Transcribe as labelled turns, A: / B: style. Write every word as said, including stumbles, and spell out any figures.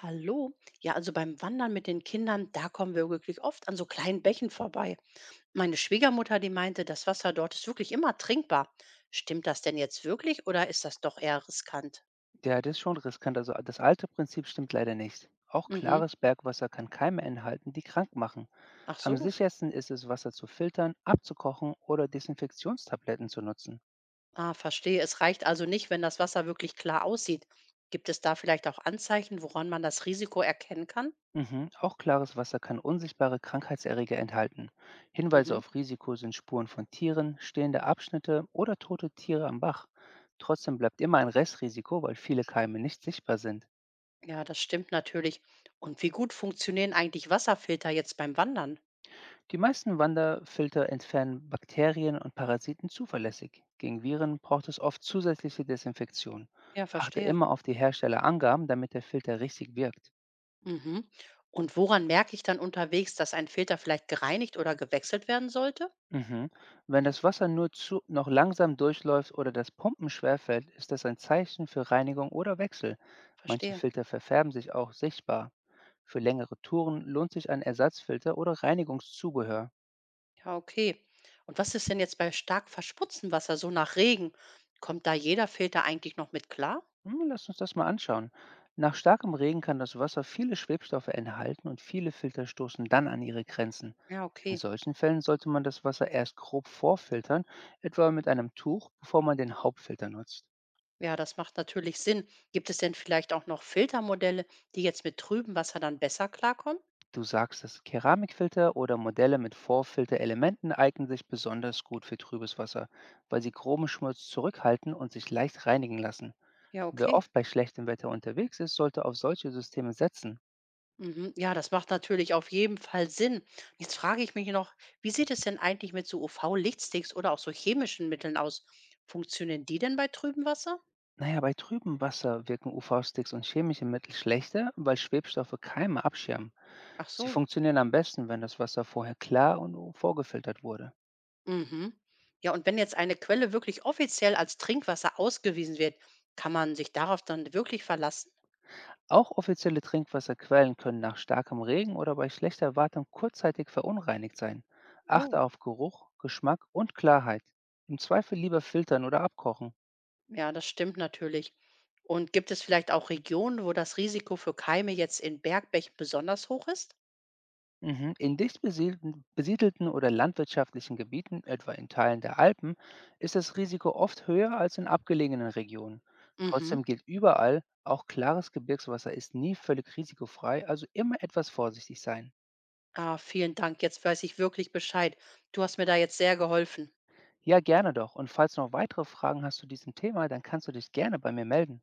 A: Hallo. Ja, also beim Wandern mit den Kindern, da kommen wir wirklich oft an so kleinen Bächen vorbei. Meine Schwiegermutter, die meinte, das Wasser dort ist wirklich immer trinkbar. Stimmt das denn jetzt wirklich oder ist das doch eher riskant?
B: Ja, das ist schon riskant. Also das alte Prinzip stimmt leider nicht. Auch
A: Mhm.
B: klares Bergwasser kann Keime enthalten, die krank machen.
A: Ach
B: Am
A: so.
B: sichersten ist es, Wasser zu filtern, abzukochen oder Desinfektionstabletten zu nutzen.
A: Ah, verstehe. Es reicht also nicht, wenn das Wasser wirklich klar aussieht. Gibt es da vielleicht auch Anzeichen, woran man das Risiko erkennen kann?
B: Mhm. Auch klares Wasser kann unsichtbare Krankheitserreger enthalten. Hinweise
A: Mhm.
B: auf Risiko sind Spuren von Tieren, stehende Abschnitte oder tote Tiere am Bach. Trotzdem bleibt immer ein Restrisiko, weil viele Keime nicht sichtbar sind.
A: Ja, das stimmt natürlich. Und wie gut funktionieren eigentlich Wasserfilter jetzt beim Wandern?
B: Die meisten Wanderfilter entfernen Bakterien und Parasiten zuverlässig. Gegen Viren braucht es oft zusätzliche Desinfektion.
A: Ja,
B: Achte
A: verstehe.
B: immer auf die Herstellerangaben, damit der Filter richtig wirkt.
A: Mhm. Und woran merke ich dann unterwegs, dass ein Filter vielleicht gereinigt oder gewechselt werden sollte?
B: Mhm. Wenn das Wasser nur zu, noch langsam durchläuft oder das Pumpen schwerfällt, ist das ein Zeichen für Reinigung oder Wechsel. Manche
A: Verstehe.
B: Filter verfärben sich auch sichtbar. Für längere Touren lohnt sich ein Ersatzfilter oder Reinigungszubehör.
A: Ja, okay. Und was ist denn jetzt bei stark verschmutztem Wasser, so nach Regen? Kommt da jeder Filter eigentlich noch mit klar?
B: Hm, lass uns das mal anschauen. Nach starkem Regen kann das Wasser viele Schwebstoffe enthalten und viele Filter stoßen dann an ihre Grenzen.
A: Ja,
B: In
A: okay.
B: solchen Fällen sollte man das Wasser erst grob vorfiltern, etwa mit einem Tuch, bevor man den Hauptfilter nutzt.
A: Ja, das macht natürlich Sinn. Gibt es denn vielleicht auch noch Filtermodelle, die jetzt mit trübem Wasser dann besser klarkommen?
B: Du sagst, dass Keramikfilter oder Modelle mit Vorfilterelementen eignen sich besonders gut für trübes Wasser, weil sie groben Schmutz zurückhalten und sich leicht reinigen lassen.
A: Ja,
B: Wer
A: okay.
B: oft bei schlechtem Wetter unterwegs ist, sollte auf solche Systeme setzen.
A: Mhm. Ja, das macht natürlich auf jeden Fall Sinn. Jetzt frage ich mich noch, wie sieht es denn eigentlich mit so U V-Lichtsticks oder auch so chemischen Mitteln aus? Funktionieren die denn bei trübem Wasser?
B: Naja, bei trübem Wasser wirken U V-Sticks und chemische Mittel schlechter, weil Schwebstoffe Keime abschirmen.
A: Ach
B: Sie
A: so.
B: funktionieren am besten, wenn das Wasser vorher klar und U V-gefiltert wurde.
A: Mhm. Ja, und wenn jetzt eine Quelle wirklich offiziell als Trinkwasser ausgewiesen wird, kann man sich darauf dann wirklich verlassen?
B: Auch offizielle Trinkwasserquellen können nach starkem Regen oder bei schlechter Wartung kurzzeitig verunreinigt sein.
A: Oh,
B: Achte auf Geruch, Geschmack und Klarheit. Im Zweifel lieber filtern oder abkochen.
A: ja, das stimmt natürlich. Und gibt es vielleicht auch Regionen, wo das Risiko für Keime jetzt in Bergbächen besonders hoch ist?
B: Mhm. In dicht besiedelten, besiedelten oder landwirtschaftlichen Gebieten, etwa in Teilen der Alpen, ist das Risiko oft höher als in abgelegenen Regionen. Trotzdem
A: Mhm.
B: gilt überall, auch klares Gebirgswasser ist nie völlig risikofrei, also immer etwas vorsichtig sein.
A: Ah, vielen Dank. Jetzt weiß ich wirklich Bescheid. Du hast mir da jetzt sehr geholfen.
B: Ja, gerne doch. Und falls du noch weitere Fragen hast zu diesem Thema, dann kannst du dich gerne bei mir melden.